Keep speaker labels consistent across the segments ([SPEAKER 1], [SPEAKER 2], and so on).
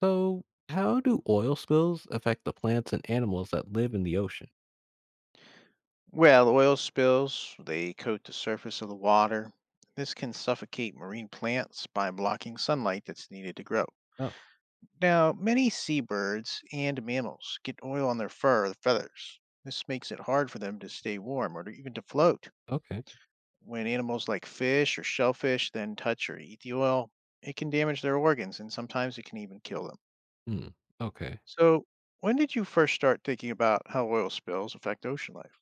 [SPEAKER 1] So, how do oil spills affect the plants and animals that live in the ocean?
[SPEAKER 2] Well, oil spills, they coat the surface of the water. This can suffocate marine plants by blocking sunlight that's needed to grow.
[SPEAKER 1] Oh,
[SPEAKER 2] Now, many seabirds and mammals get oil on their fur or feathers. This makes it hard for them to stay warm or to even to float.
[SPEAKER 1] okay.
[SPEAKER 2] When animals like fish or shellfish then touch or eat the oil, it can damage their organs and sometimes it can even kill them.
[SPEAKER 1] Hmm. Okay.
[SPEAKER 2] So, when did you first start thinking about how oil spills affect ocean life?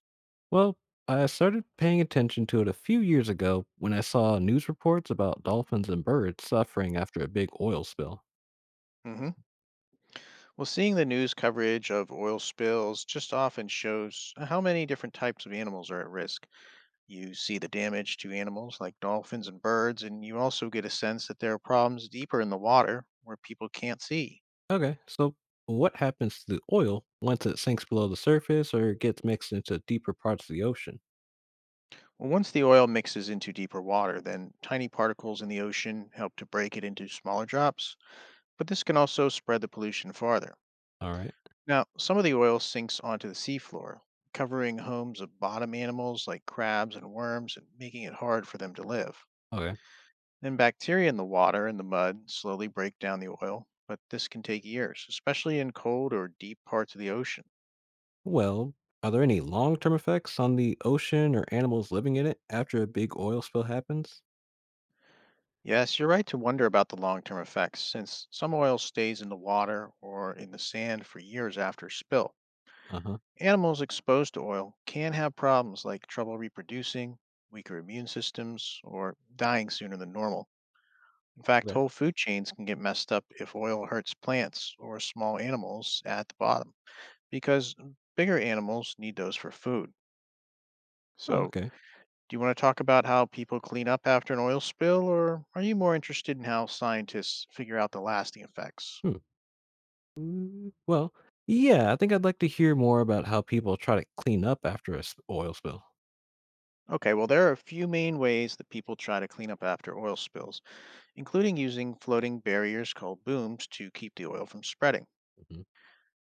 [SPEAKER 1] Well, I started paying attention to it a few years ago when I saw news reports about dolphins and birds suffering after a big oil spill.
[SPEAKER 2] hmm Well, seeing the news coverage of oil spills just often shows how many different types of animals are at risk. You see the damage to animals like dolphins and birds, and you also get a sense that there are problems deeper in the water where people can't see.
[SPEAKER 1] Okay. So, what happens to the oil once it sinks below the surface or gets mixed into deeper parts of the ocean?
[SPEAKER 2] Well, once the oil mixes into deeper water, then tiny particles in the ocean help to break it into smaller drops, but this can also spread the pollution farther.
[SPEAKER 1] All right.
[SPEAKER 2] Now, some of the oil sinks onto the seafloor, covering homes of bottom animals like crabs and worms and making it hard for them to live.
[SPEAKER 1] Okay.
[SPEAKER 2] Then bacteria in the water and the mud slowly break down the oil, but this can take years, especially in cold or deep parts of the ocean.
[SPEAKER 1] Well, are there any long term effects on the ocean or animals living in it after a big oil spill happens?
[SPEAKER 2] Yes, you're right to wonder about the long term effects, since some oil stays in the water or in the sand for years after spill.
[SPEAKER 1] Uh huh.
[SPEAKER 2] Animals exposed to oil can have problems like trouble reproducing, weaker immune systems, or dying sooner than normal. In fact,
[SPEAKER 1] Okay.
[SPEAKER 2] whole food chains can get messed up if oil hurts plants or small animals at the bottom. Because bigger animals need those for food.
[SPEAKER 1] Oh,
[SPEAKER 2] So,
[SPEAKER 1] okay.
[SPEAKER 2] do you want to talk about how people clean up after an oil spill, or are you more interested in how scientists figure out the lasting effects?
[SPEAKER 1] Hmm. Well, yeah, I think I'd like to hear more about how people try to clean up after oil spill.
[SPEAKER 2] Okay, well, there are a few main ways that people try to clean up after oil spills, including using floating barriers called booms to keep the oil from spreading.
[SPEAKER 1] Hmm.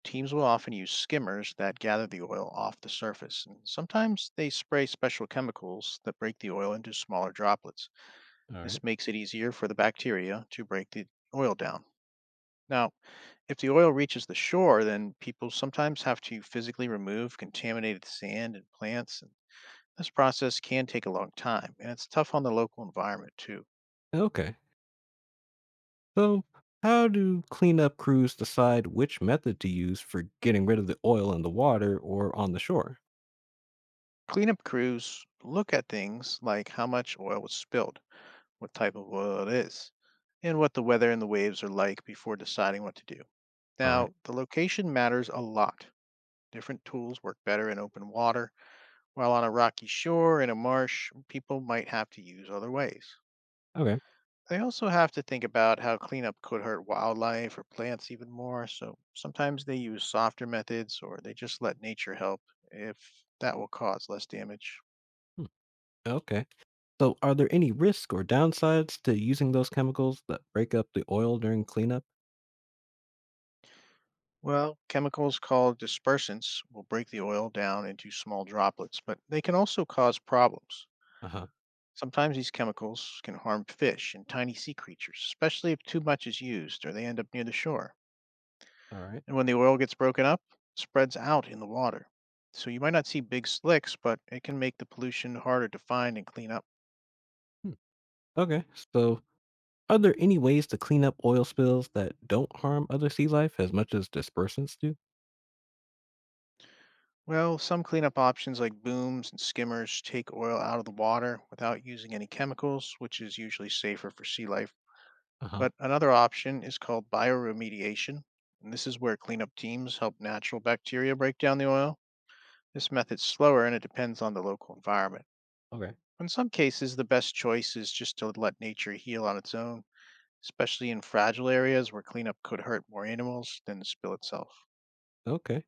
[SPEAKER 2] Teams will often use skimmers that gather the oil off the surface, and sometimes they spray special chemicals that break the oil into smaller droplets.
[SPEAKER 1] All
[SPEAKER 2] This
[SPEAKER 1] right.
[SPEAKER 2] makes it easier for the bacteria to break the oil down. Now, if the oil reaches the shore, then people sometimes have to physically remove contaminated sand and plants, and this process can take a long time, and it's tough on the local environment too.
[SPEAKER 1] Okay. So, how do cleanup crews decide which method to use for getting rid of the oil in the water or on the shore?
[SPEAKER 2] Cleanup crews look at things like how much oil was spilled, what type of oil it is, and what the weather and the waves are like before deciding what to do.
[SPEAKER 1] All right.
[SPEAKER 2] Now, the location matters a lot. Different tools work better in open water, while on a rocky shore in a marsh, people might have to use other ways.
[SPEAKER 1] Okay.
[SPEAKER 2] They also have to think about how cleanup could hurt wildlife or plants even more, so sometimes they use softer methods or they just let nature help if that will cause less damage.
[SPEAKER 1] Hmm. Okay. So, are there any risks or downsides to using those chemicals that break up the oil during cleanup?
[SPEAKER 2] Well, chemicals called dispersants will break the oil down into small droplets, but they can also cause problems.
[SPEAKER 1] Uh huh.
[SPEAKER 2] Sometimes these chemicals can harm fish and tiny sea creatures, especially if too much is used or they end up near the shore.
[SPEAKER 1] All right.
[SPEAKER 2] And when the oil gets broken up, spreads out in the water. So you might not see big slicks, but it can make the pollution harder to find and clean up.
[SPEAKER 1] Hmm. Okay. So, are there any ways to clean up oil spills that don't harm other sea life as much as dispersants do?
[SPEAKER 2] Well, some cleanup options like booms and skimmers take oil out of the water without using any chemicals, which is usually safer for sea life.
[SPEAKER 1] Uh huh.
[SPEAKER 2] But another option is called bioremediation, and this is where cleanup teams help natural bacteria break down the oil. This method's slower and it depends on the local environment.
[SPEAKER 1] Okay.
[SPEAKER 2] In some cases, the best choice is just to let nature heal on its own especially in fragile areas where cleanup could hurt more animals than the spill itself.
[SPEAKER 1] Okay.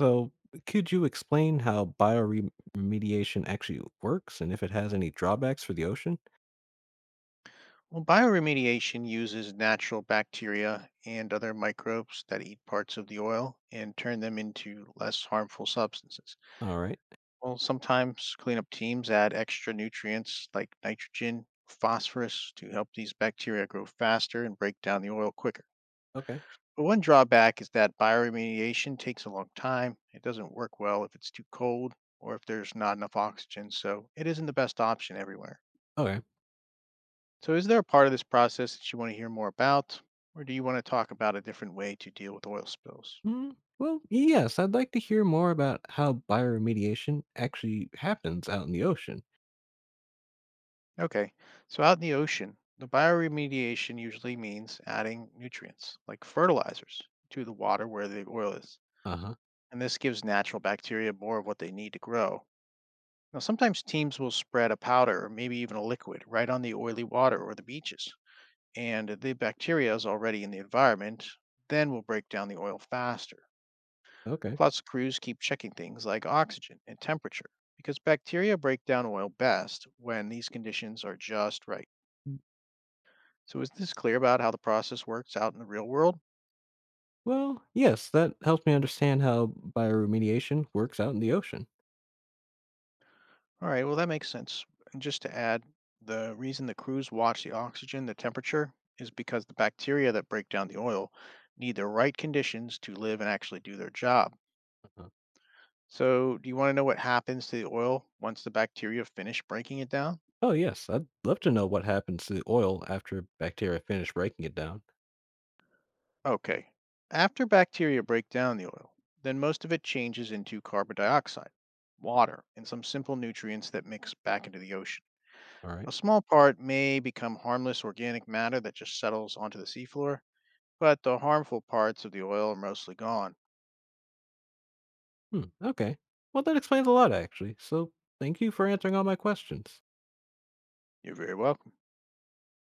[SPEAKER 1] So, could you explain how bioremediation actually works and if it has any drawbacks for the ocean?
[SPEAKER 2] Well, bioremediation uses natural bacteria and other microbes that eat parts of the oil and turn them into less harmful substances.
[SPEAKER 1] All right.
[SPEAKER 2] Well, sometimes cleanup teams add extra nutrients like nitrogen, phosphorus to help these bacteria grow faster and break down the oil quicker.
[SPEAKER 1] Okay.
[SPEAKER 2] One drawback is that bioremediation takes a long time. It doesn't work well if it's too cold or if there's not enough oxygen, so it isn't the best option everywhere.
[SPEAKER 1] Okay.
[SPEAKER 2] So, is there a part of this process that you want to hear more about, or do you want to talk about a different way to deal with oil spills?
[SPEAKER 1] Well, yes, I'd like to hear more about how bioremediation actually happens out in the ocean.
[SPEAKER 2] Okay, so out in the ocean, the bioremediation usually means adding nutrients like fertilizers to the water where the oil is,
[SPEAKER 1] Uh huh.
[SPEAKER 2] and this gives natural bacteria more of what they need to grow. Now, sometimes teams will spread a powder or maybe even a liquid right on the oily water or the beaches, and the bacteria is already in the environment, then will break down the oil faster.
[SPEAKER 1] Okay.
[SPEAKER 2] Plus, crews keep checking things like oxygen and temperature because bacteria break down oil best when these conditions are just right. So, is this clear about how the process works out in the real world?
[SPEAKER 1] Well, yes, that helps me understand how bioremediation works out in the ocean.
[SPEAKER 2] All right, well, that makes sense. And just to add, the reason the crews watch the oxygen, the temperature, is because the bacteria that break down the oil need the right conditions to live and actually do their job.
[SPEAKER 1] Uh-huh.
[SPEAKER 2] So, do you want to know what happens to the oil once the bacteria finish breaking it down?
[SPEAKER 1] Oh, yes. I'd love to know what happens to the oil after bacteria finish breaking it down.
[SPEAKER 2] Okay. After bacteria break down the oil, then most of it changes into carbon dioxide, water, and some simple nutrients that mix back into the ocean.
[SPEAKER 1] All right.
[SPEAKER 2] A small part may become harmless organic matter that just settles onto the seafloor, but the harmful parts of the oil are mostly gone.
[SPEAKER 1] Hmm. Okay. Well, that explains a lot, actually. So thank you for answering all my questions.
[SPEAKER 2] You're very welcome.